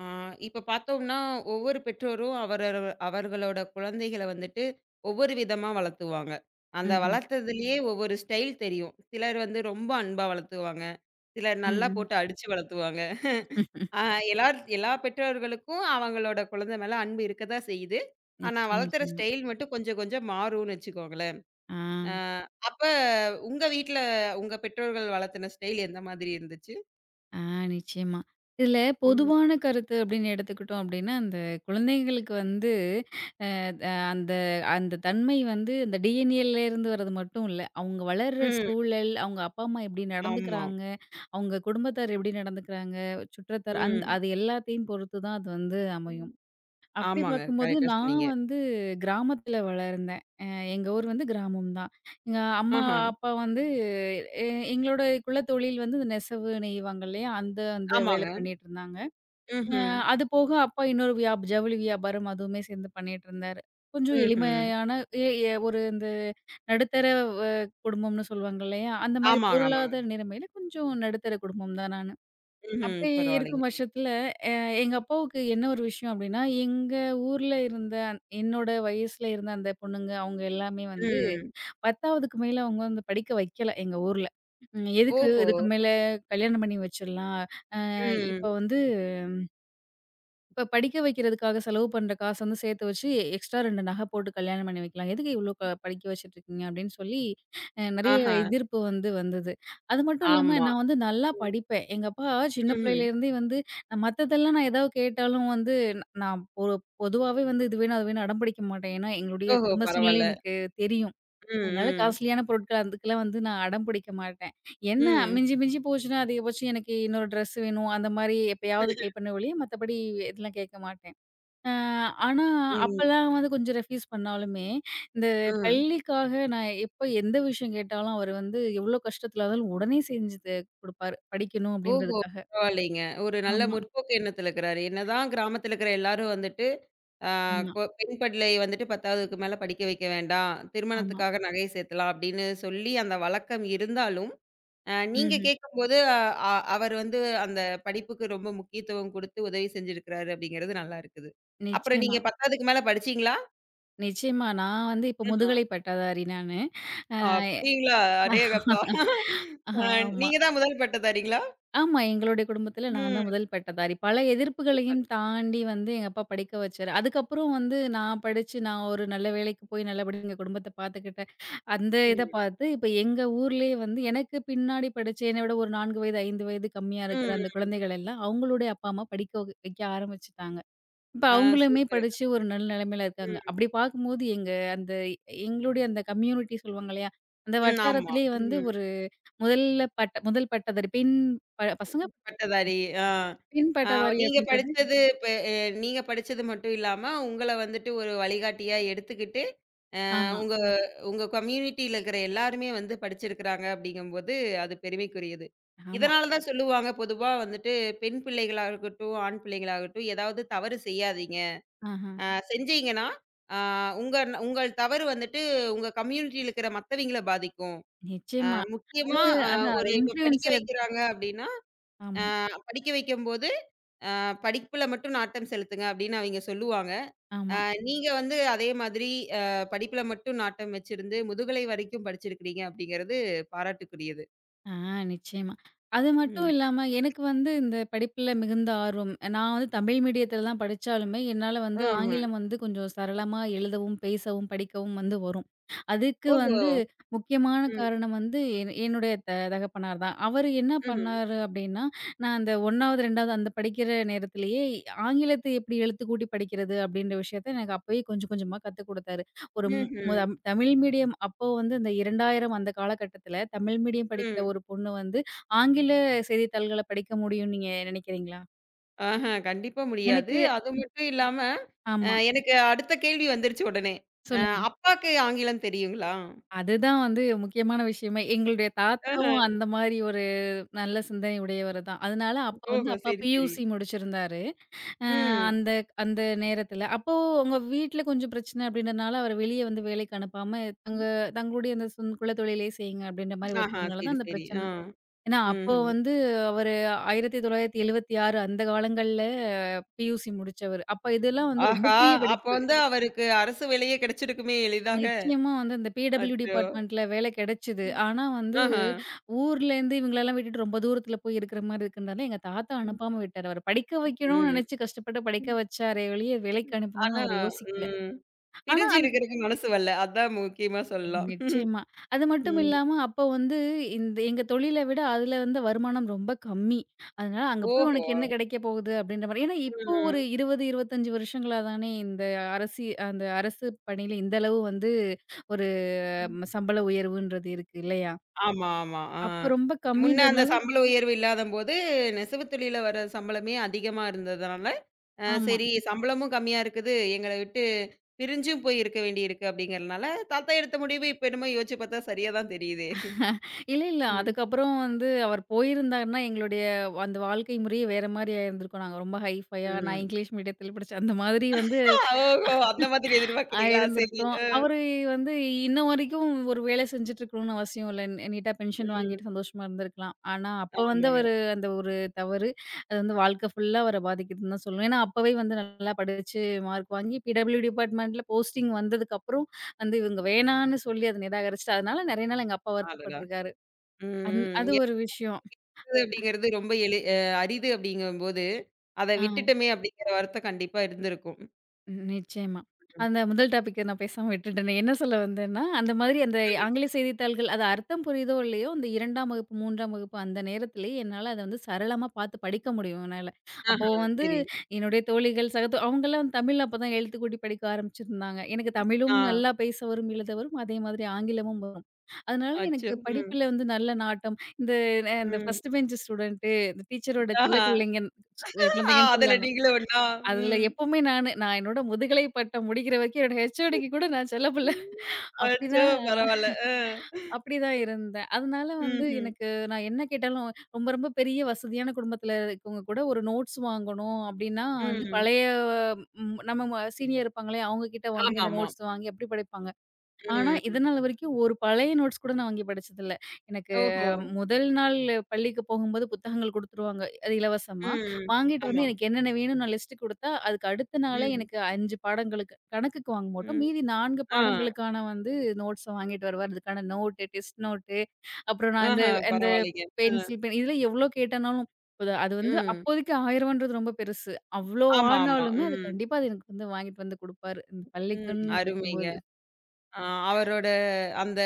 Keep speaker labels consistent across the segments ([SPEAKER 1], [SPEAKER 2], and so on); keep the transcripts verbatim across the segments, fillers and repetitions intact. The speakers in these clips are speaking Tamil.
[SPEAKER 1] ஆ, இப்ப பார்த்தோம்னா, ஒவ்வொரு பெற்றோரும் அவரர் அவர்களோட குழந்தைகள வந்துட்டு ஒவ்வொரு விதமா வளர்த்துவாங்க. அந்த
[SPEAKER 2] ம்ஹ்ம்.
[SPEAKER 1] வளர்த்ததிலேயே ஒவ்வொரு ஸ்டைல் தெரியும். சிலர் வந்து ரொம்ப அன்பா வளர்த்துவாங்க. சிலர்
[SPEAKER 2] ம்,
[SPEAKER 1] நல்லா
[SPEAKER 2] ம்.
[SPEAKER 1] போட்டு அடிச்சு வளர்த்துவாங்க. ஆ எல்லார் எல்லா பெற்றோர்களுக்கும் அவங்களோட குழந்தை மேல அன்பு இருக்க தான் செய்யுது. ஆனா,
[SPEAKER 2] நிச்சயமா,
[SPEAKER 1] வளர்த்துற
[SPEAKER 2] நிச்சயமா.
[SPEAKER 1] ஸ்டைல் மட்டும் கொஞ்சம் கொஞ்சம் மாறும்னு வச்சுக்கோங்களேன்.
[SPEAKER 2] ஆ,
[SPEAKER 1] ஆ அப்ப உங்க வீட்ல உங்க பெற்றோர்கள் வளர்த்துன ஸ்டைல் எந்த மாதிரி இருந்துச்சு?
[SPEAKER 2] ஆ நிச்சயமா. இதில
[SPEAKER 1] ம்.
[SPEAKER 2] பொதுவான கருத்து அப்படின்னு எடுத்துக்கிட்டோம் அப்படின்னா, அந்த குழந்தைங்களுக்கு வந்து அ அந்த அந்த தன்மை வந்து இந்த டிஎன்ஏலேருந்து வர்றது மட்டும் இல்ல. அவங்க வளர்ற
[SPEAKER 1] ம்.
[SPEAKER 2] சூழல், அவங்க அப்பா, அம்மா எப்படி
[SPEAKER 1] ஆமா.
[SPEAKER 2] நடந்துக்கிறாங்க, அவங்க குடும்பத்தார் எப்படி நடந்துக்கிறாங்க, சுற்றத்தார் அந் அது எல்லாத்தையும் பொறுத்து தான் அது வந்து அமையும்.
[SPEAKER 1] ம்.
[SPEAKER 2] அப்படி
[SPEAKER 1] ஆமாங்க.
[SPEAKER 2] பார்க்கும்போது
[SPEAKER 1] கரெக்ட்டா
[SPEAKER 2] நான்
[SPEAKER 1] சொன்னீங்க.
[SPEAKER 2] வந்து கிராமத்துல வளர்ந்தேன். அ எங்க ஊர் வந்து கிராமம் தான். எங்க அம்மா,
[SPEAKER 1] ஆஹா.
[SPEAKER 2] அப்பா வந்து எ எங்களோட குலத்தொழில் வந்து இந்த நெசவு நெய்வாங்க இல்லையா? அந்த அந்த வேலை
[SPEAKER 1] ஆமாங்க.
[SPEAKER 2] பண்ணிட்டுருந்தாங்க. அ
[SPEAKER 1] ம்ஹ்ம்.
[SPEAKER 2] அது போக அப்பா இன்னொரு வியாப் ஜவுளி வியாபாரம் அதுவுமே சேர்ந்து பண்ணிட்டுருந்தாரு. கொஞ்சம்
[SPEAKER 1] ம்ஹ்ம்.
[SPEAKER 2] எளிமையான எ எ ஒரு இந்த நடுத்தர வ குடும்பம்னு சொல்லுவாங்க இல்லையா? அந்த மாரி
[SPEAKER 1] ஆமாங்க, ஆமாங்க.
[SPEAKER 2] பொருளாதார நிலைமையில கொஞ்சம் நடுத்தர குடும்பம் தான் நான்.
[SPEAKER 1] ம்ஹ்ம்.
[SPEAKER 2] அப்படி இருக்கும்
[SPEAKER 1] பரவாயில்லைங்க.
[SPEAKER 2] பட்சத்துல, அ எங்க அப்பாவுக்கு என்ன ஒரு விஷயம் அப்படின்னா, எங்க ஊர்ல இருந்த அந்த- என்னோட வயசுல இருந்த அந்த பொண்ணுங்க, அவங்க எல்லாமே வந்து
[SPEAKER 1] ம்.
[SPEAKER 2] பத்துக்கு மேல அவங்க வந்து படிக்க வைக்கல எங்க ஊர்ல. ம் எதுக்கு
[SPEAKER 1] ஓஹோ!
[SPEAKER 2] இதுக்கு மேல கல்யாணம் பண்ணி வச்சுரலாம். அ இப்ப
[SPEAKER 1] ம்.
[SPEAKER 2] வந்து இப்ப படிக்க வைக்கிறதுக்காக செலவு பண்ற காசு வந்து சேர்த்து வச்சு, எக்ஸ்ட்ரா இரண்டு நகை போட்டு கல்யாணம் பண்ணி வைக்கலாம். எதுக்கு இவ்ளோ க படிக்க வச்சுட்டுருக்கீங்க? அப்படின்னு சொல்லி அ நெறைய
[SPEAKER 1] ஆஹா.
[SPEAKER 2] எதிர்ப்பு வந்து வந்தது. அது மட்டும் இல்லாம
[SPEAKER 1] ஆமா.
[SPEAKER 2] நான் வந்து நல்லா
[SPEAKER 1] ம்.
[SPEAKER 2] படிப்பேன். எங்க அப்பா சின்ன
[SPEAKER 1] ம்ஹ்ம்.
[SPEAKER 2] பிள்ளையிலேருந்தே வந்து நான் மத்ததெல்லாம் நான் ஏதாவது கேட்டாலும் வந்து ந- நான் பொ பொதுவாவே வந்து இது வேணும், அது வேணும் அடம் பிடிக்க மாட்டேன். ஏன்னா எங்களுடைய
[SPEAKER 1] ஓஹோ!
[SPEAKER 2] குடும்ப சூழ்நிலை
[SPEAKER 1] பரவால்ல.
[SPEAKER 2] எனக்கு தெரியும்.
[SPEAKER 1] ம்,
[SPEAKER 2] அதனால
[SPEAKER 1] ம்.
[SPEAKER 2] காஸ்ட்லியான பொருட்கள் அதுக்கெல்லாம் வந்து நான் அடம் பிடிக்க மாட்டேன். என்ன
[SPEAKER 1] ம்.
[SPEAKER 2] மிஞ்சி மிஞ்சி போச்சுன்னா, அதிகபட்சம் எனக்கு இன்னொரு ட்ரெஸ் வேணும். அந்த மாரி எப்பயாவது கேட்பேனே ஒழிய, மத்தபடி இதெல்லாம் கேட்க மாட்டேன். அ ஆனா,
[SPEAKER 1] ம்,
[SPEAKER 2] அப்பலாம் வந்து கொஞ்சம் ரெஃப்யூஸ் பண்ணாலுமே, இந்த
[SPEAKER 1] ம்.
[SPEAKER 2] பள்ளிக்காக நான் எப்ப எந்த விஷயம் கேட்டாலும், அவரு வந்து எவ்ளோ கஷ்டத்துல இருந்தாலும் உடனே செஞ்சு த குடுப்பாரு. படிக்கணும்
[SPEAKER 1] ஓஹோ!
[SPEAKER 2] அப்படின்றதுக்காக.
[SPEAKER 1] பரவாயில்லைங்க. ஒரு நல்ல
[SPEAKER 2] ஆமா,
[SPEAKER 1] முற்போக்கு எண்ணத்துல இருக்கிறாரு. என்னதான் கிராமத்துல இருக்கிற எல்லாரும் வந்துட்டு, ஆ
[SPEAKER 2] ஆமா,
[SPEAKER 1] கொ பெண் பிள்ளை வந்துட்டு பத்தாவதுக்கு மேல படிக்க வைக்க வேண்டாம்.
[SPEAKER 2] ஆமா.
[SPEAKER 1] திருமணத்துக்காக நகை சேர்த்தலாம் அப்படின்னு சொல்லி அந்த வழக்கம் இருந்தாலும், அ நீங்க
[SPEAKER 2] ம்ஹ்ம்.
[SPEAKER 1] கேட்கும்போது அ அ அவர் வந்து அந்த படிப்புக்கு ரொம்ப முக்கியத்துவம் குடுத்து உதவி செஞ்சிருக்கிறாரு அப்படிங்கிறது நல்லா இருக்குது. அப்புறம்
[SPEAKER 2] நிச்சயமா,
[SPEAKER 1] நீங்க பத்தாவதுக்கு மேல படிச்சீங்களா?
[SPEAKER 2] நிச்சயமா. நான் வந்து இப்ப
[SPEAKER 1] ம்ஹ்ம்.
[SPEAKER 2] முதுகலை பட்டதாரி நானு. அ
[SPEAKER 1] அப்படிங்களா? அடேங்கப்பா! அ
[SPEAKER 2] ஆமா.
[SPEAKER 1] நீங்க தான் முதல் பட்டதாரிங்களா?
[SPEAKER 2] ஆமா. எங்களுடைய குடும்பத்தில நான் தான்
[SPEAKER 1] ம்.
[SPEAKER 2] முதல் பட்டதாரி. பல எதிர்ப்புகளையும்
[SPEAKER 1] சூப்பர்.
[SPEAKER 2] தாண்டி வந்து எங்க அப்பா படிக்க வச்சாரு. அதுக்கப்புறம் வந்து நான் படிச்சு, நான் ஒரு நல்ல வேலைக்கு போய் நல்லபடியா எங்க குடும்பத்த பார்த்துக்கிட்டேன். அந்த இத
[SPEAKER 1] ம்.
[SPEAKER 2] பார்த்து, இப்ப எங்க ஊர்லயே வந்து எனக்கு பின்னாடி படிச்ச என்ன விட ஒரு நான்கு வயது, ஐந்து வயது கம்மியா இருக்கிற
[SPEAKER 1] ம்.
[SPEAKER 2] அந்த குழந்தைகள் எல்லாம் அவங்களுடைய அப்பா, அம்மா படிக்க வ வைக்க ஆரம்பிச்சுட்டாங்க. இப்ப
[SPEAKER 1] ஆ
[SPEAKER 2] அவங்களுமே
[SPEAKER 1] சூப்பரு.
[SPEAKER 2] படிச்சு ஒரு நல்ல நிலைமையில இருக்காங்க.
[SPEAKER 1] ம்.
[SPEAKER 2] அப்படி பார்க்கும்போது எங்க அந்த எங்களுடைய அந்த கம்யூனிட்டி சொல்லுவாங்க இல்லையா? அந்த
[SPEAKER 1] ம். ஆமா.
[SPEAKER 2] வட்டாரத்திலேயே வந்து
[SPEAKER 1] ம்.
[SPEAKER 2] ஒரு முதல்ல பட்ட முதல் பட்டதாரி பெண் ப பசங்க
[SPEAKER 1] பட்டதாரி. ஆ.
[SPEAKER 2] பெண்
[SPEAKER 1] ஆ
[SPEAKER 2] பட்டதாரி
[SPEAKER 1] நீங்க
[SPEAKER 2] அப்படின்றது.
[SPEAKER 1] படிச்சது இப்ப அ நீங்க படிச்சது மட்டும் இல்லாம, உங்கள வந்துட்டு ஒரு வழிகாட்டியா எடுத்துக்கிட்டு
[SPEAKER 2] ஆமா,
[SPEAKER 1] உங்க உங்க கம்யூனிட்டில இருக்கிற எல்லாருமே வந்து படிச்சிருக்கிறாங்க அப்படிங்கும்போது அது பெருமைக்குரியது.
[SPEAKER 2] ஆமா,
[SPEAKER 1] இதனால தான் சொல்லுவாங்க பொதுவா வந்துட்டு பெண் பிள்ளைகளாகட்டும், ஆண் பிள்ளைகளாகட்டும் ஏதாவது தவறு செய்யாதீங்க.
[SPEAKER 2] ஆஹா.
[SPEAKER 1] அ செஞ்சீங்கன்னா, அ உங்க உங்கள் தவறு வந்துட்டு உங்க கம்யூனிட்டில இருக்கிற மத்தவங்கள பாதிக்கும். அ
[SPEAKER 2] நிச்சயமா. அது
[SPEAKER 1] முக்கியமா அ
[SPEAKER 2] அதான் அது
[SPEAKER 1] ஒரு இப்ப படிக்க
[SPEAKER 2] இன்ஃப்ளூயன்சர்.
[SPEAKER 1] வைக்கிறாங்க அப்படின்னா,
[SPEAKER 2] ஆமா,
[SPEAKER 1] அ படிக்க வைக்கும்போது அ படிப்புல மட்டும் நாட்டம் செலுத்துங்க அப்படின்னு அவைங்க சொல்லுவாங்க.
[SPEAKER 2] ஆமா.
[SPEAKER 1] நீங்க வந்து அதே மாதிரி அ படிப்பில மட்டும் நாட்டம் வச்சிருந்து, முதுகலை வரைக்கும் படிச்சிருக்கிறீங்க அப்படிங்கிறது பாராட்டுக்குரியது.
[SPEAKER 2] ஆ நிச்சயமா. அது மட்டும்
[SPEAKER 1] ம்.
[SPEAKER 2] இல்லாம, எனக்கு வந்து இந்த படிப்புல மிகுந்த ஆர்வம். நான் வந்து தமிழ் மீடியத்தில தான் படிச்சாலுமே, என்னால வந்து
[SPEAKER 1] ம்ஹ்ம்.
[SPEAKER 2] ஆங்கிலம் வந்து கொஞ்சம் சரளமா எழுதவும், பேசவும், படிக்கவும் வந்து வரும். அதுக்கு
[SPEAKER 1] ஓஹோ!
[SPEAKER 2] வந்து முக்கியமான
[SPEAKER 1] ம்.
[SPEAKER 2] காரணம் வந்து என் என்னுடைய த தகப்பனார் தான். அவரு என்ன
[SPEAKER 1] ம்ஹ்ம்.
[SPEAKER 2] பண்ணாரு அப்டின்னா, நான் அந்த முதல்வது, இரண்டாவது அந்த படிக்கிற நேரத்திலேயே ஆங்கிலத்தை எப்டி எழுத்துக்கூட்டி படிக்கிறது அப்டின்ற விஷயத்த எனக்கு அப்பயே கொஞ்சம் கொஞ்சமா கத்துக் குடுத்தாரு. ஒரு ம்
[SPEAKER 1] ம்ஹ்ம்.
[SPEAKER 2] முதம் தமிழ் மீடியம் அப்போ வந்து இந்த இரண்டாயிரம் அந்த காலகட்டத்தில தமிழ் மீடியம் படிக்கிற
[SPEAKER 1] ம்.
[SPEAKER 2] ஒரு பொண்ணு வந்து, ஆங்கில செய்தித்தாள்கள படிக்க முடியும்னு நீங்க நினைக்கிறீங்களா?
[SPEAKER 1] ஆஹா, கண்டிப்பா முடியாது.
[SPEAKER 2] எனக்கு
[SPEAKER 1] அது மட்டும் இல்லாம, அ
[SPEAKER 2] ஆமா.
[SPEAKER 1] எனக்கு அடுத்த கேள்வி வந்துருச்சு உடனே. அ
[SPEAKER 2] சொல்லுங்க.
[SPEAKER 1] அப்பாக்கு ஆங்கிலம் தெரியுங்களா?
[SPEAKER 2] அதுதான் வந்து முக்கியமான விஷயமே. எங்களுடைய
[SPEAKER 1] ஆஹ.
[SPEAKER 2] தாத்தாவும் அந்த மாரி ஒரு நல்ல சிந்தனை உடையவர் தான். அதனால அப்ப வந்து
[SPEAKER 1] ஓஹோ!
[SPEAKER 2] அப்பா
[SPEAKER 1] சரி, சரி.
[SPEAKER 2] பியூசி முடிச்சிருந்தாரு. அ
[SPEAKER 1] ம்.
[SPEAKER 2] அந்த அந்த நேரத்தில. அப்போ உங்க வீட்ல கொஞ்சம் பிரச்சனை அப்டின்றனால அவர வெளிய வந்து வேலைக்கு அனுப்பாம, தங்க தங்களுடைய அந்த சொந் குலத்தொழிலே செய்யுங்க அப்டின்ற மாரி
[SPEAKER 1] ஆஹா,
[SPEAKER 2] வச்சதுனால
[SPEAKER 1] சரி,
[SPEAKER 2] தான் அந்த
[SPEAKER 1] சரி.
[SPEAKER 2] பிரச்சனை.
[SPEAKER 1] ஆ.
[SPEAKER 2] ஏன்னா, அப்போ
[SPEAKER 1] ம்ஹ்ம்.
[SPEAKER 2] வந்து அவரு ஆயிரத்தி தொள்ளாயிரத்தி எழுபத்தி ஆறு அந்த காலங்கள்ல பியூசி முடிச்சவரு. அப்ப இதெல்லாம் ம். வந்து ரொம்ப
[SPEAKER 1] ஆஹா!
[SPEAKER 2] பெரிய
[SPEAKER 1] அப்ப
[SPEAKER 2] படிப்பு.
[SPEAKER 1] வந்து அவருக்கு அரசு வேலையே கிடைச்சிருக்குமே எளிதாக.
[SPEAKER 2] நிச்சயமா வந்து அந்த பிடபிள்யூ
[SPEAKER 1] அச்சோ!
[SPEAKER 2] டிபார்ட்மெண்ட்ல வேலை கிடைச்சது. ஆனா வந்து
[SPEAKER 1] ஆஹா.
[SPEAKER 2] ஊர்லேருந்து இவங்களெல்லாம் விட்டுட்டு ரொம்ப தூரத்துல போய் இருக்கிற மாரி இருக்குன்றனால, எங்க தாத்தா அனுப்பாம விட்டாரு. அவர படிக்க வைக்கணும்னு
[SPEAKER 1] ம்.
[SPEAKER 2] நினைச்சு கஷ்டப்பட்டு படிக்க
[SPEAKER 1] ம்.
[SPEAKER 2] வச்சாரே ஒழிய, வேலைக்கு அனுப்பணும்னு
[SPEAKER 1] ஆனா
[SPEAKER 2] அவரு யோசிக்கல.
[SPEAKER 1] ம்.
[SPEAKER 2] ஆனா
[SPEAKER 1] பிரிஞ்சு இருக்கிறதுக்கு மனசு வரல. அதான் முக்கியமா சொல்லலாம்.
[SPEAKER 2] நிச்சயமா. அது மட்டும்
[SPEAKER 1] ம்.
[SPEAKER 2] இல்லாம அப்போ வந்து இந்த எங்க தொழில விட அதுல வந்து வருமானம் ரொம்ப கம்மி. அதனால அங்க போய் உனக்கு
[SPEAKER 1] ஓஹோ!
[SPEAKER 2] என்ன கிடைக்க போகுது அப்படின்ற மாரி. ஏன்னா இப்போ ஒரு
[SPEAKER 1] ம்.
[SPEAKER 2] இருபது, இருபத்தி ஐந்து வருஷங்களா தானே இந்த அரசி அந்த அரசு பணியில இந்த அளவு வந்து ஒரு ம, சம்பள உயர்வுன்றது இருக்கு இல்லையா?
[SPEAKER 1] ஆமா, ஆமா. ஆ.
[SPEAKER 2] அப்ப ரொம்ப
[SPEAKER 1] முன்ன அந்த
[SPEAKER 2] கம்மின்றதுனால
[SPEAKER 1] சம்பள உயர்வு இல்லாதம்போது, நெசவுத் தொழில்ல வர சம்பளமே அதிகமா இருந்ததுனால, அ
[SPEAKER 2] ஆமா.
[SPEAKER 1] சரி சம்பளமும் கம்மியா இருக்குது. எங்கள விட்டு பிரிஞ்சும் போய் இருக்க வேண்டியிருக்கு அப்படிங்கிறனால, தாத்தா எடுத்த முடிவு இப்ப என்னமோ யோசிச்சு பார்த்தா சரியா தான் தெரியுதே.
[SPEAKER 2] இல்ல, இல்ல.
[SPEAKER 1] ம்.
[SPEAKER 2] அதுக்கப்புறம் வந்து அவர் போயிருந்தாருன்னா எங்களுடைய அந்த வாழ்க்கை முறையே வேற மாரி ஆயிருந்திருக்கும். நாங்க ரொம்ப ஹைஃபையா நான்
[SPEAKER 1] ம்.
[SPEAKER 2] இங்கிலீஷ் மீடியத்தில படிச்சேன். அந்த மாதிரி வந்து
[SPEAKER 1] ஓஹோ! அந்த மாதிரி
[SPEAKER 2] ஆ
[SPEAKER 1] எதிர்பார்க்குறீங்களா? சரி.
[SPEAKER 2] இருந்திருக்கும்.
[SPEAKER 1] அ.
[SPEAKER 2] அவரு வந்து இன்ன வரைக்கும் ஒரு வேலை செஞ்சுட்டு இருக்கணும்னு அவசியம் இல்ல. நி நீட்டா பென்ஷன்
[SPEAKER 1] ம்.
[SPEAKER 2] வாங்கிட்டு சந்தோஷமா இருந்திருக்கலாம். ஆனா, அப்ப வந்து
[SPEAKER 1] ஆமாங்க.
[SPEAKER 2] அவரு அந்த ஒரு தவறு, அது வந்து வாழ்க்கை ஃபுல்லா அவர பாதிக்குதுன்னு தான் சொல்லணும். ஏன்னா, அப்பவே வந்து நல்லா படிச்சு மார்க் வாங்கி பிடபிள்யூ டிபார்ட்மெண்ட்ல போஸ்டிங் வந்ததுக்கப்புறம் வந்து இவங்க வேணான்னு சொல்லி அத நிராகரிச்சுட்டு, அதனால நெறைய நாள் எங்க அப்பா
[SPEAKER 1] அடடா!
[SPEAKER 2] வருத்தப்பட்டுருக்காரு.
[SPEAKER 1] ம்,
[SPEAKER 2] அந் அது
[SPEAKER 1] ம்.
[SPEAKER 2] ஒரு விஷயம்.
[SPEAKER 1] அப்படிங்கிறது ரொம்ப எளி அ அரிது அப்படிங்கும்போது, அத
[SPEAKER 2] ஆ.
[SPEAKER 1] விட்டுட்டோமே அப்படிங்கிற வருத்தம் கண்டிப்பா இருந்திருக்கும்.
[SPEAKER 2] ம். நிச்சயமா. அந்த முதல் டாபிக்க நான் பேசாம விட்டுட்டேனே. என்ன சொல்ல வந்தேன்னா, அந்த மாதிரி அந்த ஆங்கில செய்தித்தாள்கள் அது அர்த்தம் புரியுதோ இல்லையோ, அந்த இரண்டாம் வகுப்பு, மூன்றாம் வகுப்பு அந்த நேரத்திலேயே என்னால அத வந்து சரளமா பார்த்து படிக்க முடியும் என்னால. அப்போ
[SPEAKER 1] ஆஹா,
[SPEAKER 2] வந்து
[SPEAKER 1] சரி.
[SPEAKER 2] என்னுடைய தோழிகள், சக தோ அவங்கலாம் தமிழ் அப்பதான் எழுத்து கூட்டி படிக்க ஆரம்பிச்சிருந்தாங்க. எனக்கு
[SPEAKER 1] ஆ,
[SPEAKER 2] தமிழும் நல்லா பேச வரும், எழுத வரும். அதே மாதிரி ஆங்கிலமும் வரும். அதனால
[SPEAKER 1] அச்சோ!
[SPEAKER 2] எனக்கு
[SPEAKER 1] ம்,
[SPEAKER 2] படிப்புல வந்து நல்ல நாட்டம். இந்த அஹ், இந்த
[SPEAKER 1] ம்.
[SPEAKER 2] ஃபர்ஸ்ட் பெஞ்ச் ஸ்டூடண்ட், இந்த டீச்சரோட செல்ல
[SPEAKER 1] ஆஹா,
[SPEAKER 2] பிள்ளைங்கன்னு
[SPEAKER 1] ஆ
[SPEAKER 2] குழந்தைங்கன்னு
[SPEAKER 1] அதுல
[SPEAKER 2] சொல்லுவாங்க.
[SPEAKER 1] நீங்களும் ஒண்ணா?
[SPEAKER 2] அதுல
[SPEAKER 1] ம்.
[SPEAKER 2] எப்பவுமே நானு, நான் என்னோட முதுகலை பட்டம் முடிக்கிற வரைக்கும் என்னோட ஹெச்ஓடிக்கு கூட நான் செல்லப்பிள்ள.
[SPEAKER 1] அச்சோ!
[SPEAKER 2] அப்படிதான்
[SPEAKER 1] பரவால்ல. அ.
[SPEAKER 2] அப்படிதான் இருந்தேன். அதனால வந்து
[SPEAKER 1] ம்ஹ்ம்.
[SPEAKER 2] எனக்கு நான் என்ன கேட்டாலும் ரொம்ப ரொம்ப பெரிய வசதியான குடும்பத்துல இருக்கவங்க கூட ஒரு நோட்ஸ் வாங்கணும் அப்படின்னா வந்து
[SPEAKER 1] ம்.
[SPEAKER 2] பழைய ம் நம்ம சீனியர் இருப்பாங்களே அவங்க கிட்ட வாங்கி அந்த
[SPEAKER 1] ஆமாமா.
[SPEAKER 2] நோட்ஸ் வாங்கி அப்படி படிப்பாங்க. ஆனா,
[SPEAKER 1] ம்.
[SPEAKER 2] இதனால வரைக்கும் ஒரு பழைய நோட்ஸ் கூட நான் வாங்கி படிச்சதில்ல. எனக்கு
[SPEAKER 1] ஓஹோ!
[SPEAKER 2] முதல் நாள் பள்ளிக்கு போகும்போது புத்தகங்கள் குடுத்துருவாங்க. அது இலவசமா.
[SPEAKER 1] ம்.
[SPEAKER 2] வாங்கிட்டு வந்து
[SPEAKER 1] ஆமா.
[SPEAKER 2] எனக்கு என்னென்ன வேணும்னு நான் லிஸ்ட் குடுத்தா, அதுக்கு அடுத்த நாளே
[SPEAKER 1] ம்.
[SPEAKER 2] எனக்கு ஐந்து பாடங்களுக்கு கணக்குக்கு வாங்க மாட்டோம்.
[SPEAKER 1] ம்.
[SPEAKER 2] மீதி நான்கு
[SPEAKER 1] ஆ.
[SPEAKER 2] பாடங்களுக்கான வந்து நோட்ஸ வாங்கிட்டு வருவார். அதுக்கான நோட்டு, டெஸ்ட் நோட்டு, அப்புறம் நான் இந்த
[SPEAKER 1] ஆஹா,
[SPEAKER 2] இந்த
[SPEAKER 1] பரவாயில்லைங்க. அ.
[SPEAKER 2] பென்சில் பென் இதெல்லாம் எவ்ளோ கேட்டனாலும் அது அது வந்து
[SPEAKER 1] ம்.
[SPEAKER 2] அப்போதைக்கு ரூபாய் ஆயிரம் என்றது ரொம்ப பெருசு. அவ்ளோ
[SPEAKER 1] ஆமா, ஆமா.
[SPEAKER 2] ஆனாலுமே அது
[SPEAKER 1] ம்.
[SPEAKER 2] கண்டிப்பா அது எனக்கு வந்து வாங்கிட்டு வந்து குடுப்பாரு. இந்த பள்ளிக்குன்னு
[SPEAKER 1] ம்.
[SPEAKER 2] கேட்கும்போது.
[SPEAKER 1] அருமைங்க. ஆ அவரோட அந்த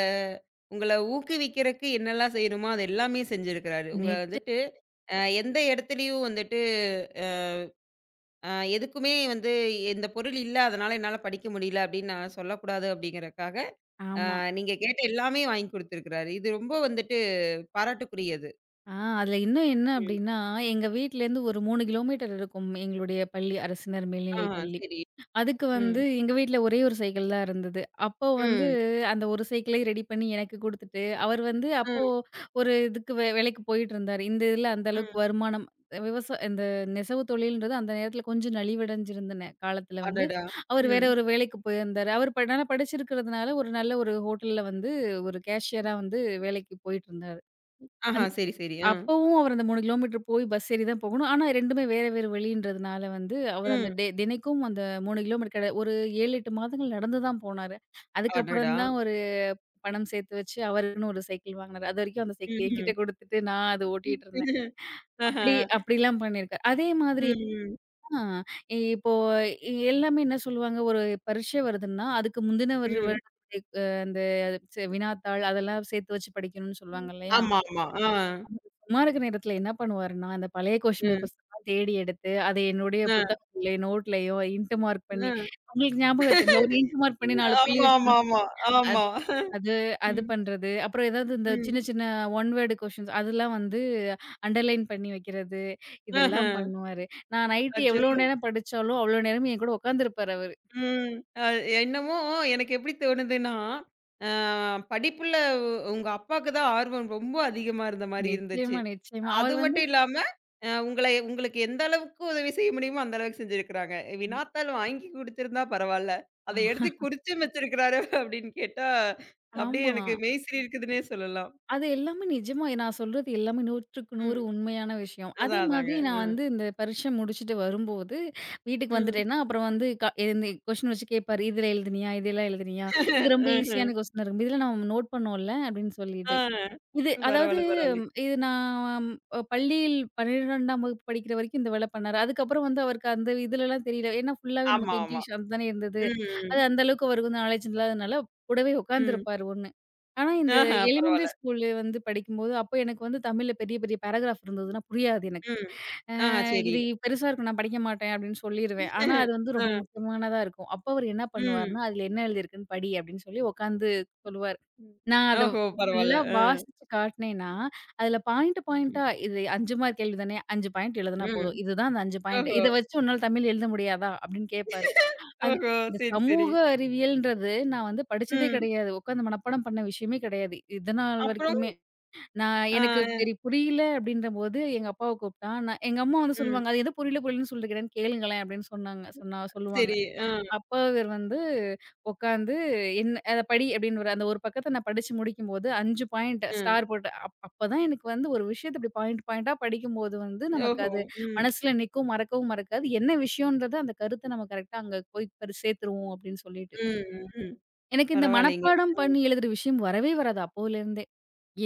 [SPEAKER 1] உங்கள ஊக்குவிக்கிறக்கு என்னெல்லாம் செய்யணுமோ, அது எல்லாமே செஞ்சிருக்கிறாரு. உங்கள
[SPEAKER 2] நிச்சயம்.
[SPEAKER 1] வந்துட்டு அ எந்த இடத்துலயும் வந்துட்டு அ எதுக்குமே வந்து இந்த பொருள் இல்ல, அதனால என்னால படிக்க முடியல அப்படின்னு நான் சொல்லக்கூடாது அப்படிங்கிறக்காக, அ
[SPEAKER 2] ஆமா.
[SPEAKER 1] நீங்க கேட்ட எல்லாமே வாங்கி குடுத்துருக்கிறாரு. இது ரொம்ப வந்துட்டு பாராட்டுக்குரியது.
[SPEAKER 2] ஆ அதில இன்னும் என்ன
[SPEAKER 1] ம்.
[SPEAKER 2] அப்டின்னா, எங்க வீட்லேருந்து ஒரு மூன்று கிலோமீட்டர் இருக்கும் எங்களுடைய பள்ளி. அரசினர்
[SPEAKER 1] ஆ
[SPEAKER 2] மேல்நிலைப் பள்ளி.
[SPEAKER 1] சரி.
[SPEAKER 2] அதுக்கு
[SPEAKER 1] ம்.
[SPEAKER 2] வந்து எங்க வீட்ல ஒரே ஒரு சைக்கிள் தான் இருந்தது. அப்போ வந்து
[SPEAKER 1] ம்.
[SPEAKER 2] அந்த ஒரு சைக்கிளே ரெடி பண்ணி எனக்கு குடுத்துட்டு, அவர் வந்து அப்போ
[SPEAKER 1] ம்.
[SPEAKER 2] ஒரு இதுக்கு வே வேலைக்கு போயிட்டுருந்தாரு. இந்த இதில அந்த அளவுக்கு
[SPEAKER 1] ம்.
[SPEAKER 2] வருமானம் விவசா இந்த நெசவு தொழில்ன்றது அந்த நேரத்தில கொஞ்சம் நலிவடைஞ்சிருந்த நே காலத்தில வந்து,
[SPEAKER 1] அடடா!
[SPEAKER 2] அவர் வேற
[SPEAKER 1] ம்.
[SPEAKER 2] ஒரு வேலைக்கு போயிருந்தாரு. அவர் ப நல்லா படிச்சிருக்கிறதுனால ஒரு நல்ல ஒரு ஹோட்டல்ல வந்து ஒரு கேஷியரா வந்து வேலைக்கு போயிட்டுருந்தாரு.
[SPEAKER 1] ஆஹா. சரி, சரி. ஆ.
[SPEAKER 2] அப்பவும் அவர் அந்த மூன்று கிலோமீட்டர் போய் பஸ் ஏறி தான் போகணும். ஆனா இரண்டுமே வேற வேற வழின்றதுனால வந்து அவர் அந்த
[SPEAKER 1] ம்.
[SPEAKER 2] டெ தினைக்கும் அந்த மூன்று கிலோமீட்டர் கட ஒரு ஏழு, எட்டு மாதங்கள் நடந்து தான் போனாரு. அதுக்கப்புறம்
[SPEAKER 1] அடடா!
[SPEAKER 2] தான் ஒரு பணம் சேர்த்து வச்சு அவருக்குன்னு ஒரு சைக்கிள் வாங்குனாரு. அதுவரைக்கும் அந்த சைக்கிள் என்கிட்ட
[SPEAKER 1] ம்ஹ்ம்.
[SPEAKER 2] குடுத்துட்டு நான் அத ஓட்டிட்டு இருந்தேன்.
[SPEAKER 1] ஆஹா.
[SPEAKER 2] அப்படி அப்படிலாம் பண்ணியிருக்காரு. அதே மாதிரி
[SPEAKER 1] ம்.
[SPEAKER 2] தான் இப்போ எ- எல்லாமே என்ன சொல்லுவாங்க, ஒரு பரீட்சை வருதுன்னா, அதுக்கு முந்தின ஒரு
[SPEAKER 1] ம்.
[SPEAKER 2] வருடத்துடைய அ அந்த செ வினாத்தாள் அதெல்லாம் சேர்த்து வச்சு படிக்கணும்னு சொல்லுவாங்க இல்லையா?
[SPEAKER 1] ஆமா, ஆமா. ஆ.
[SPEAKER 2] சும்மா இருக்கிற நேரத்துல என்ன பண்ணுவாருன்னா, அந்த பழைய கொஸ்டின்
[SPEAKER 1] ம்.
[SPEAKER 2] பேப்பர்ஸ்லாம் தேடி எடுத்து, அதை என்னுடைய
[SPEAKER 1] அ.
[SPEAKER 2] புத்தகங்கள்லயோ, நோட்லயோ இன்ட் மார்க் பண்ணி
[SPEAKER 1] அ.
[SPEAKER 2] உங்களுக்கு ஞாபகம் இருக்குங்களா? ஒரு இன்ட் மார்க் பண்ணி நான்கு புள்ளி
[SPEAKER 1] ஆமா,
[SPEAKER 2] வச்சு
[SPEAKER 1] ஆமா, ஆமா.
[SPEAKER 2] அது
[SPEAKER 1] ஆமா.
[SPEAKER 2] அது அது
[SPEAKER 1] ம்.
[SPEAKER 2] பண்றது. அப்புறம் ஏதாவது இந்த
[SPEAKER 1] ம்.
[SPEAKER 2] சின்ன சின்ன ஒன் வேர்ட் கொஸ்டின்ஸ் அதெல்லாம் வந்து அண்டர்லைன் பண்ணி வைக்கிறது.
[SPEAKER 1] ஆஹ.
[SPEAKER 2] இதெல்லாம் பண்ணுவாரு. நான் நைட்
[SPEAKER 1] அச்சோ!
[SPEAKER 2] எவ்வளோ நேரம் படிச்சாலும், அவ்வளோ நேரம் என் கூட உட்காந்துருப்பாரு அவரு.
[SPEAKER 1] ம். அ என்னமோ எனக்கு எப்படி தோணுதுன்னா, அ படிப்புல உங்க அப்பாக்கு தான் ஆர்வம் ரொம்ப அதிகமா இருந்த மாரி இருந்துச்சு.
[SPEAKER 2] நிச்சயமா, நிச்சயமா.
[SPEAKER 1] அது
[SPEAKER 2] அவர் வந்து
[SPEAKER 1] மட்டும் இல்லாம, அ உங்கள உங்களுக்கு எந்த அளவுக்கு உதவி செய்ய முடியுமோ, அந்த அளவுக்கு செஞ்சிருக்கிறாங்க. வினாத்தாள் வாங்கி குடுத்திருந்தா பரவால்ல. அத எடுத்து குறிச்சும் வச்சிருக்கிறாரு அப்படின்னு கேட்டா, அப்படியே
[SPEAKER 2] ஆமா.
[SPEAKER 1] எனக்கு மெய் சிலிர்க்குதுன்னே சொல்லலாம்.
[SPEAKER 2] அது எல்லாமே நிஜமா நான் சொல்றது எல்லாமே நூறுக்கு நூறு
[SPEAKER 1] ம்.
[SPEAKER 2] உண்மையான விஷயம். அதே
[SPEAKER 1] அதான், அதாங்க.
[SPEAKER 2] மாதிரி நான்
[SPEAKER 1] ம்.
[SPEAKER 2] வந்து இந்த பரீட்சை முடிச்சுட்டு வரும்போது, வீட்டுக்கு
[SPEAKER 1] ம்.
[SPEAKER 2] வந்துட்டேன்னா, அப்புறம் வந்து க இந்த கொஸ்டின் வச்சு கேட்பாரு. "இதுல எழுதினியா? இதெல்லாம் எழுதினியா? இது ரொம்ப
[SPEAKER 1] ம்ஹ்ம்.
[SPEAKER 2] ஈஸியான கொஸ்டினா இருக்கும். இதுல நம்ம நோட் பண்ணோம்ல" அப்படின்னு
[SPEAKER 1] ஆ.
[SPEAKER 2] சொல்லிட்டு. இது அதாவது
[SPEAKER 1] பரவால்ல, பரவால்ல.
[SPEAKER 2] இது நான் அ பள்ளியில் பன்னிரண்டாம் வகுப்பு படிக்கிற வரைக்கும் இந்த வேலை பண்ணாரு. அதுக்கப்புறம் வந்து அவருக்கு அந்த இதுலலாம் தெரியல. ஏன்னா ஃபுல்லாவே
[SPEAKER 1] ஆமா,
[SPEAKER 2] நமக்கு
[SPEAKER 1] ஆமா.
[SPEAKER 2] இங்கிலீஷ் அதுதானே இருந்தது.
[SPEAKER 1] ம்.
[SPEAKER 2] அது அந்த அளவுக்கு அவருக்கு வந்து நாலேட்ஜ் இல்லாதனால கூடவே
[SPEAKER 1] ம்.
[SPEAKER 2] உட்காந்துருப்பாரு ஒண்ணு. ஆனா இந்த
[SPEAKER 1] ஆஹ,
[SPEAKER 2] எலிமெண்டரி
[SPEAKER 1] பரவால்ல.
[SPEAKER 2] ஸ்கூல்ல வந்து படிக்கும்போது, அப்ப எனக்கு வந்து தமிழ்ல பெரிய பெரிய பேராகிராஃப் இருந்ததுன்னா புரியாது எனக்கு.
[SPEAKER 1] ம்.
[SPEAKER 2] அ
[SPEAKER 1] ஆஹ, சரி.
[SPEAKER 2] இது பெருசா இருக்கும் நான் படிக்க மாட்டேன் அப்படின்னு சொல்லிருவேன். ஆனா அது வந்து ரொம்ப
[SPEAKER 1] ஆ.
[SPEAKER 2] முக்கியமானதா இருக்கும். அப்ப அவரு என்ன
[SPEAKER 1] ம்.
[SPEAKER 2] பண்ணுவாருன்னா, "அதுல என்ன எழுதியிருக்குன்னு படி" அப்படின்னு சொல்லி உட்காந்து சொல்லுவாரு. நான் அத
[SPEAKER 1] ஓஹோ! பரவால்ல.
[SPEAKER 2] ஃபுல்லா
[SPEAKER 1] அ.
[SPEAKER 2] வாசிச்சு காட்டினேன்னா, அதில பாயிண்ட் பாயிண்ட்டா இது ஐந்து மார்க் கேள்வி தானே, ஐந்து பாயிண்ட் எழுதுனா
[SPEAKER 1] ம்.
[SPEAKER 2] போதும். இதுதான் அந்த ஐந்து பாயிண்ட்.
[SPEAKER 1] ஓஹோ!
[SPEAKER 2] இத வச்சு உன்னால தமிழ் எழுத முடியாதா? அப்படின்னு கேட்பாரு. அந்
[SPEAKER 1] ஓஹோ!
[SPEAKER 2] இந்த
[SPEAKER 1] சரி, சரி.
[SPEAKER 2] சமூக அறிவியல்ன்றது நான் வந்து படிச்சதே
[SPEAKER 1] ம்.
[SPEAKER 2] கிடையாது. உட்காந்து மனப்பாடம் பண்ண விஷயமே கிடையாது. இது நாள்
[SPEAKER 1] அப்புறம்?
[SPEAKER 2] வரைக்குமே. நான் எனக்கு
[SPEAKER 1] ஆ.
[SPEAKER 2] சரி புரியல அப்படின்றபோது எங்க அப்பாவ கூப்பிட்டா, நான் எங்க அம்மா வந்து
[SPEAKER 1] ம்.
[SPEAKER 2] சொல்லுவாங்க, "அது எது புரியல புரியலன்னு சொல்லிருக்கிறேன்னு கேளுங்களேன்" அப்படின்னு சொன்னாங்க. சொன்னா சொல்லுவாங்க.
[SPEAKER 1] சரி. ஆ.
[SPEAKER 2] அப்ப இவர் வந்து உட்காந்து என்ன "அத படி" அப்படின்னுவாரு. அந்த ஒரு பக்கத்த நான் படிச்சு முடிக்கும்போது ஐந்து பாயிண்ட்
[SPEAKER 1] ஆ.
[SPEAKER 2] ஸ்டார் போட்டு அப் அப்பதான் எனக்கு வந்து ஒரு விஷயத்த இப்படி பாயிண்ட் பாயிண்ட்டா படிக்கும்போது வந்து நமக்கு
[SPEAKER 1] ஓஹோ!
[SPEAKER 2] அது
[SPEAKER 1] ம்.
[SPEAKER 2] மனசுல நிக்கும், மறக்கவும் மறக்காது. என்ன விஷயம்ன்றத அந்த கருத்த நம்ம கரெக்ட்டா அங்க போய் பரி சேர்த்துருவோம் அப்படின்னு சொல்லிட்டு.
[SPEAKER 1] ம். ம்.
[SPEAKER 2] எனக்கு இந்த
[SPEAKER 1] பரவால்லைங்க.
[SPEAKER 2] மனப்பாடம் பண்ணி எழுதுற விஷயம் வரவே வராது அப்போலருந்தே.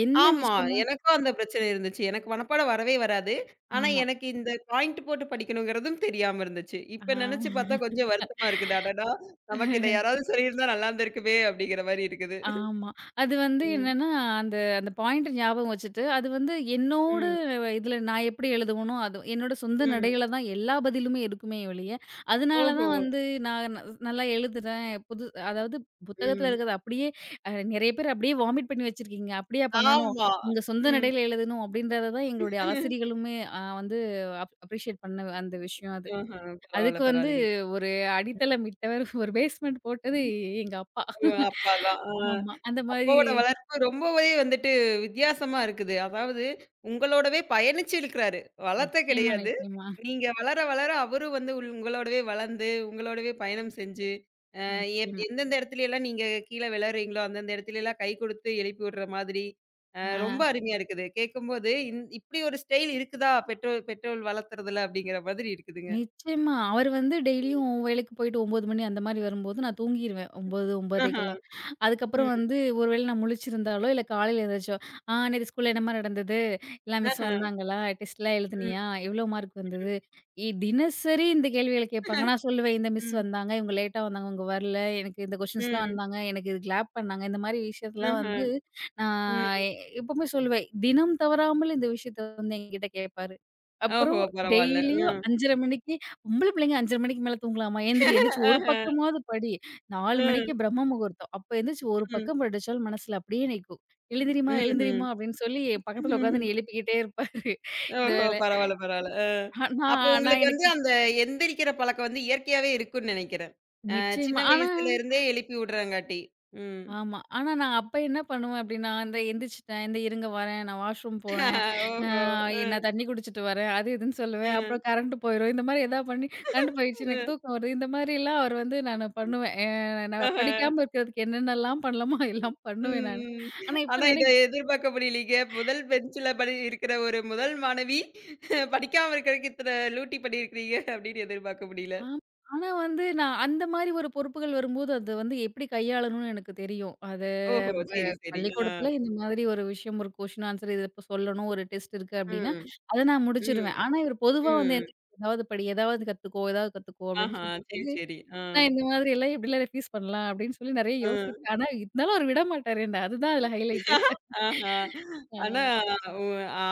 [SPEAKER 2] என்ன
[SPEAKER 1] ஆமா.
[SPEAKER 2] விஷயமோ
[SPEAKER 1] எனக்கும் அந்த பிரச்சனை இருந்துச்சு. எனக்கு மனப்பாடம் வரவே வராது. ஆனா,
[SPEAKER 2] ஆமா.
[SPEAKER 1] எனக்கு இந்த பாயிண்ட் போட்டு படிக்கணுங்கிறதும் தெரியாம இருந்துச்சு.
[SPEAKER 2] ஆ.
[SPEAKER 1] இப்ப நெனச்சு பார்த்தா கொஞ்சம் வருத்தமா இருக்குது. அடடா! நமக்கு இத யாராவது சொல்லியிருந்தா நல்லா இருந்திருக்குமே! அப்படிங்கிற மாரி இருக்குது.
[SPEAKER 2] ஆமா. அது வந்து
[SPEAKER 1] ம்,
[SPEAKER 2] என்னன்னா, அந்த அந்த பாயிண்ட் ஞாபகம் வச்சுட்டு, அது வந்து என்னோட
[SPEAKER 1] ம்,
[SPEAKER 2] இதுல நான் எப்படி எழுதுவனோ, அது என்னோட சொந்த
[SPEAKER 1] ம்.
[SPEAKER 2] நடையில தான் எல்லா பதிலுமே இருக்குமே ஒழிய, அதனால
[SPEAKER 1] ஓஹோ!
[SPEAKER 2] தான் வந்து நான் ந- நல்லா எழுதுறேன். புது அதாவது புத்தகத்துல
[SPEAKER 1] ம்.
[SPEAKER 2] இருக்கிறது அப்படியே அ நெறைய பேர் அப்படியே வாமிட் பண்ணி வச்சிருக்கீங்க. அப்படியா பண்ணணும்?
[SPEAKER 1] ஆமா.
[SPEAKER 2] உங்க சொந்த
[SPEAKER 1] ம்.
[SPEAKER 2] நடையில எழுதணும் அப்படின்றத தான் எங்களுடைய ஆசிரியர்களுமே அ வந்து அப் அப்ரிஷியேட் பண்ண அந்த விஷயம் அது.
[SPEAKER 1] ஆஹ. பரவால்ல,
[SPEAKER 2] அதுக்கு வந்து
[SPEAKER 1] பரவால்லைங்க.
[SPEAKER 2] ஒரு அடித்தளம் இட்டவர், ஒரு பேஸ்மெண்ட் போட்டது எங்க அப்பா.
[SPEAKER 1] ஓ! அப்பா தான். ஆ.
[SPEAKER 2] ஆமா. அந்த மாரி
[SPEAKER 1] அப்பாவோட வளர்ப்பு ரொம்பவே வந்துட்டு வித்தியாசமா இருக்குது. அதாவது உங்களோடவே பயணிச்சு இருக்கிறாரு. வளர்த்த
[SPEAKER 2] நிச்சயமா,
[SPEAKER 1] கிடையாது.
[SPEAKER 2] நிச்சயமா,
[SPEAKER 1] நீங்க வளர வளர அவரும் வந்து உள் உங்களோடவே வளர்ந்து, உங்களோடவே பயணம் செஞ்சு, அ எப்
[SPEAKER 2] நிச்சயமா.
[SPEAKER 1] எந்தெந்த இடத்துலலாம் நீங்க கீழ விழறீங்களோ, அந்தந்த இடத்துலலாம் கை கொடுத்து எழுப்பி விடுற மாதிரி, அ ரொம்ப
[SPEAKER 2] ஆ
[SPEAKER 1] அருமையா இருக்குது. கேட்கும்போது இந் இப்படி ஒரு ஸ்டைல் இருக்குதா? பெற்றோர் பெற்றோர் வளர்த்துறதுல அப்படிங்கிற மாதிரி இருக்குதுங்க.
[SPEAKER 2] நிச்சயமா. அவரு வந்து டெய்லியும் வேலைக்கு போயிட்டு ஒன்பது மணி அந்த மாரி வரும்போது நான் தூங்கிருவேன். ஒன்பது,
[SPEAKER 1] ஆஹா.
[SPEAKER 2] 9:30க்கெல்லாம். அதுக்கப்புறம்
[SPEAKER 1] ம்.
[SPEAKER 2] வந்து ஒரு வேளை நான் முழிச்சிருந்தாலோ, இல்ல காலையில எந்திரிச்சோ, "ஆ நேத்து ஸ்கூல்ல என்னம்மா நடந்தது? எல்லாம் மிஸ்
[SPEAKER 1] ஆஹா.
[SPEAKER 2] வந்தாங்களா? டெஸ்ட்லாம்
[SPEAKER 1] ம்.
[SPEAKER 2] எழுதுனியா? எவ்ளோ மார்க் வந்தது?" இ தினசரி இந்த கேள்விகள கேட்பாங்க. நான் சொல்லுவேன், "இந்த மிஸ்
[SPEAKER 1] ம்.
[SPEAKER 2] வந்தாங்க, இவங்க லேட்டா வந்தாங்க, இவங்க வரல, எனக்கு இந்த கொஸ்டின்ஸ்லாம்
[SPEAKER 1] ம்.
[SPEAKER 2] வந்தாங்க, எனக்கு இது கிளாப் பண்ணாங்க." இந்த மாரி விஷயத்தலாம்
[SPEAKER 1] ஆஹா.
[SPEAKER 2] வந்து நான்
[SPEAKER 1] ம்.
[SPEAKER 2] எ- எப்பவுமே சொல்லுவேன். தினம் தவறாமல் இந்த விஷயத்த வந்து என்கிட்ட கேட்பாரு.
[SPEAKER 1] ஓஹோ!
[SPEAKER 2] அப்புறம்
[SPEAKER 1] பரவால்ல.
[SPEAKER 2] டெய்லியும்
[SPEAKER 1] ம்.
[SPEAKER 2] ஐந்தே முப்பது மணிக்கு, "பொம்பள பிள்ளைங்க ஐந்தே முப்பது மணிக்கு மேல தூங்கலாமா? எந்திரி எந்திரிச்சு ஒரு
[SPEAKER 1] ஆஹ.
[SPEAKER 2] பக்கமாவது படி." நான்கு மணிக்கு
[SPEAKER 1] ம்,
[SPEAKER 2] பிரம்ம முகூர்த்தம். அப்ப எந்திரிச்சு ஒரு
[SPEAKER 1] ம்.
[SPEAKER 2] பக்கம் படிச்சாலும் மனசுல அப்படியே நிக்கும். "எழுந்திரிம்மா, எழுந்திரிம்மா" அப்படின்னு சொல்லி என் பக்கத்துல உட்காந்து
[SPEAKER 1] ம்ஹ்ம்.
[SPEAKER 2] என்னைய எழுப்பிக்கிட்டே இருப்பாரு. இந்த
[SPEAKER 1] ஓஹோ!
[SPEAKER 2] வேல.
[SPEAKER 1] பரவால்ல, பரவால்ல. அ.
[SPEAKER 2] ஆ
[SPEAKER 1] அப்போ
[SPEAKER 2] நான் நான்
[SPEAKER 1] உங்களுக்கு வந்து
[SPEAKER 2] எனக்கு
[SPEAKER 1] அந்த எந்திரிக்கிற பழக்கம் வந்து இயற்கையாவே இருக்குன்னு நெனைக்கிறேன். அ சின்ன
[SPEAKER 2] நிச்சயமா. ஆனா
[SPEAKER 1] வயசுல இருந்தே எழுப்பி விடுறங்காட்டி. ம்.
[SPEAKER 2] ஆமா. ஆனா நான் அப்ப என்ன பண்ணுவேன் அப்படின்னா, இந்த எந்திரிச்சுட்டேன், இந்த இருங்க வரேன், நான் வாஷ்ரூம் போறேன், அ
[SPEAKER 1] ஓஹோ! அ,
[SPEAKER 2] நான் தண்ணி குடிச்சிட்டு வரேன், அது இதுன்னு சொல்லுவேன்.
[SPEAKER 1] அ.
[SPEAKER 2] அப்புறம் கரண்ட் போயிரும். இந்த மாரி ஏதாவது பண்ணி கரண்ட் போயிடுச்சு, எனக்கு
[SPEAKER 1] ம்.
[SPEAKER 2] தூக்கம் வருது. இந்த மாரிலாம் அவர் வந்து நானு பண்ணுவேன். அ நான்
[SPEAKER 1] ஆஹ.
[SPEAKER 2] படிக்காம இருக்கிறதுக்கு என்னென்னலாம் பண்ணலாமோ எல்லாம் பண்ணுவேன்
[SPEAKER 1] ம்,
[SPEAKER 2] நானு.
[SPEAKER 1] ம்.
[SPEAKER 2] ஆனா இப்ப
[SPEAKER 1] ஆனா இத
[SPEAKER 2] நெனை
[SPEAKER 1] எதிர்பார்க்க முடியலீங்க. முதல் பெஞ்சுல படி இருக்கிற ஒரு முதல் மாணவி படிக்காம இருக்கிறதுக்கு இத்தன லூட்டி பண்ணியிருக்கிறீங்க அப்படின்னு எதிர்பார்க்க முடியல.
[SPEAKER 2] ஆம். ஆனா வந்து, நான் அந்த மாரி ஒரு பொறுப்புகள் வரும்போது, அத வந்து எப்படி கையாளணும்னு எனக்கு தெரியும். அது
[SPEAKER 1] ஓஹோ!
[SPEAKER 2] அ
[SPEAKER 1] சரி, சரி. ஆ.
[SPEAKER 2] பள்ளிக்கூடத்துல இந்த மாதிரி ஒரு விஷயம், ஒரு கொஸ்டின் ஆன்ஸர் இத இப்ப சொல்லணும், ஒரு டெஸ்ட் இருக்கு அப்படின்னா,
[SPEAKER 1] ம்,
[SPEAKER 2] அத நான்
[SPEAKER 1] ம்,
[SPEAKER 2] முடிச்சிருவேன். ஆனா இவர் பொதுவா வந்து
[SPEAKER 1] ம்.
[SPEAKER 2] என்ன "ஏதாவது படி, ஏதாவது கத்துக்கோ, ஏதாவது கத்துக்கோ" அப்படின்னு
[SPEAKER 1] ஆஹா, சரி,
[SPEAKER 2] சொல்லும்போது,
[SPEAKER 1] சரி. ஆ,
[SPEAKER 2] நான் இந்த மாதிரி எல்லாம் எப்படிலாம் ரெஃப்யூஸ் பண்ணலாம் அப்படின்னு சொல்லி நெறைய
[SPEAKER 1] ஆ.
[SPEAKER 2] யோசிப்பேன். ஆனா இருந்தாலும் அவர் விடமாட்டாரு என்ன. அதுதான் அதுல ஹைலைட்டு.
[SPEAKER 1] ஆஹா. ஆனா, உ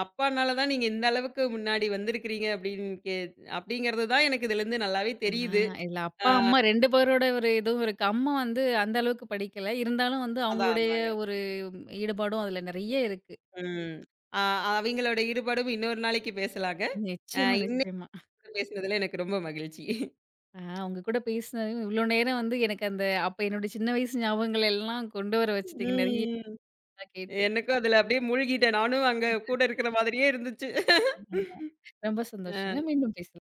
[SPEAKER 1] அப்பானால தான் நீங்க இந்த அளவுக்கு முன்னாடி வந்திருக்கிறீங்க அப்படின்னு கே அப்படிங்கிறது தான் எனக்கு இதுலருந்து நல்லாவே
[SPEAKER 2] ஆ,
[SPEAKER 1] தெரியுது.
[SPEAKER 2] இதுல அப்பா,
[SPEAKER 1] அ
[SPEAKER 2] அம்மா இரண்டு பேரோட ஒரு இதுவும் இருக்கு. அம்மா வந்து அந்த அளவுக்கு படிக்கல. இருந்தாலும் வந்து
[SPEAKER 1] அதான்,
[SPEAKER 2] அவங்களுடைய
[SPEAKER 1] அதாங்க.
[SPEAKER 2] ஒரு ஈடுபாடும் அதுல நெறைய இருக்கு.
[SPEAKER 1] ம். அ அவிங்களோட ஈடுபாடும் இன்னொரு நாளைக்கு பேசலாங்க. அ
[SPEAKER 2] நிச்சயமா, நிச்சயமா.
[SPEAKER 1] இன்னைக்கு பேசினதுல எனக்கு ரொம்ப மகிழ்ச்சி.
[SPEAKER 2] ஆ உங்க கூட பேசினது இவ்ளோ நேரம் வந்து எனக்கு அந்த அப்ப என்னோட சின்ன வயசு ஞாபகங்கள் எல்லாம் கொண்டு வர
[SPEAKER 1] ம்,
[SPEAKER 2] வச்சுட்டீங்க. நெறைய
[SPEAKER 1] ம்.
[SPEAKER 2] கேட்டு.
[SPEAKER 1] எனக்கும் அதுல அப்படியே மூழ்கிட்டேன். நானும் அங்க கூட இருக்கிற மாதிரியே இருந்துச்சு.
[SPEAKER 2] ஆமா. ரொம்ப சந்தோஷங்க. மீண்டும் பேசலாம்.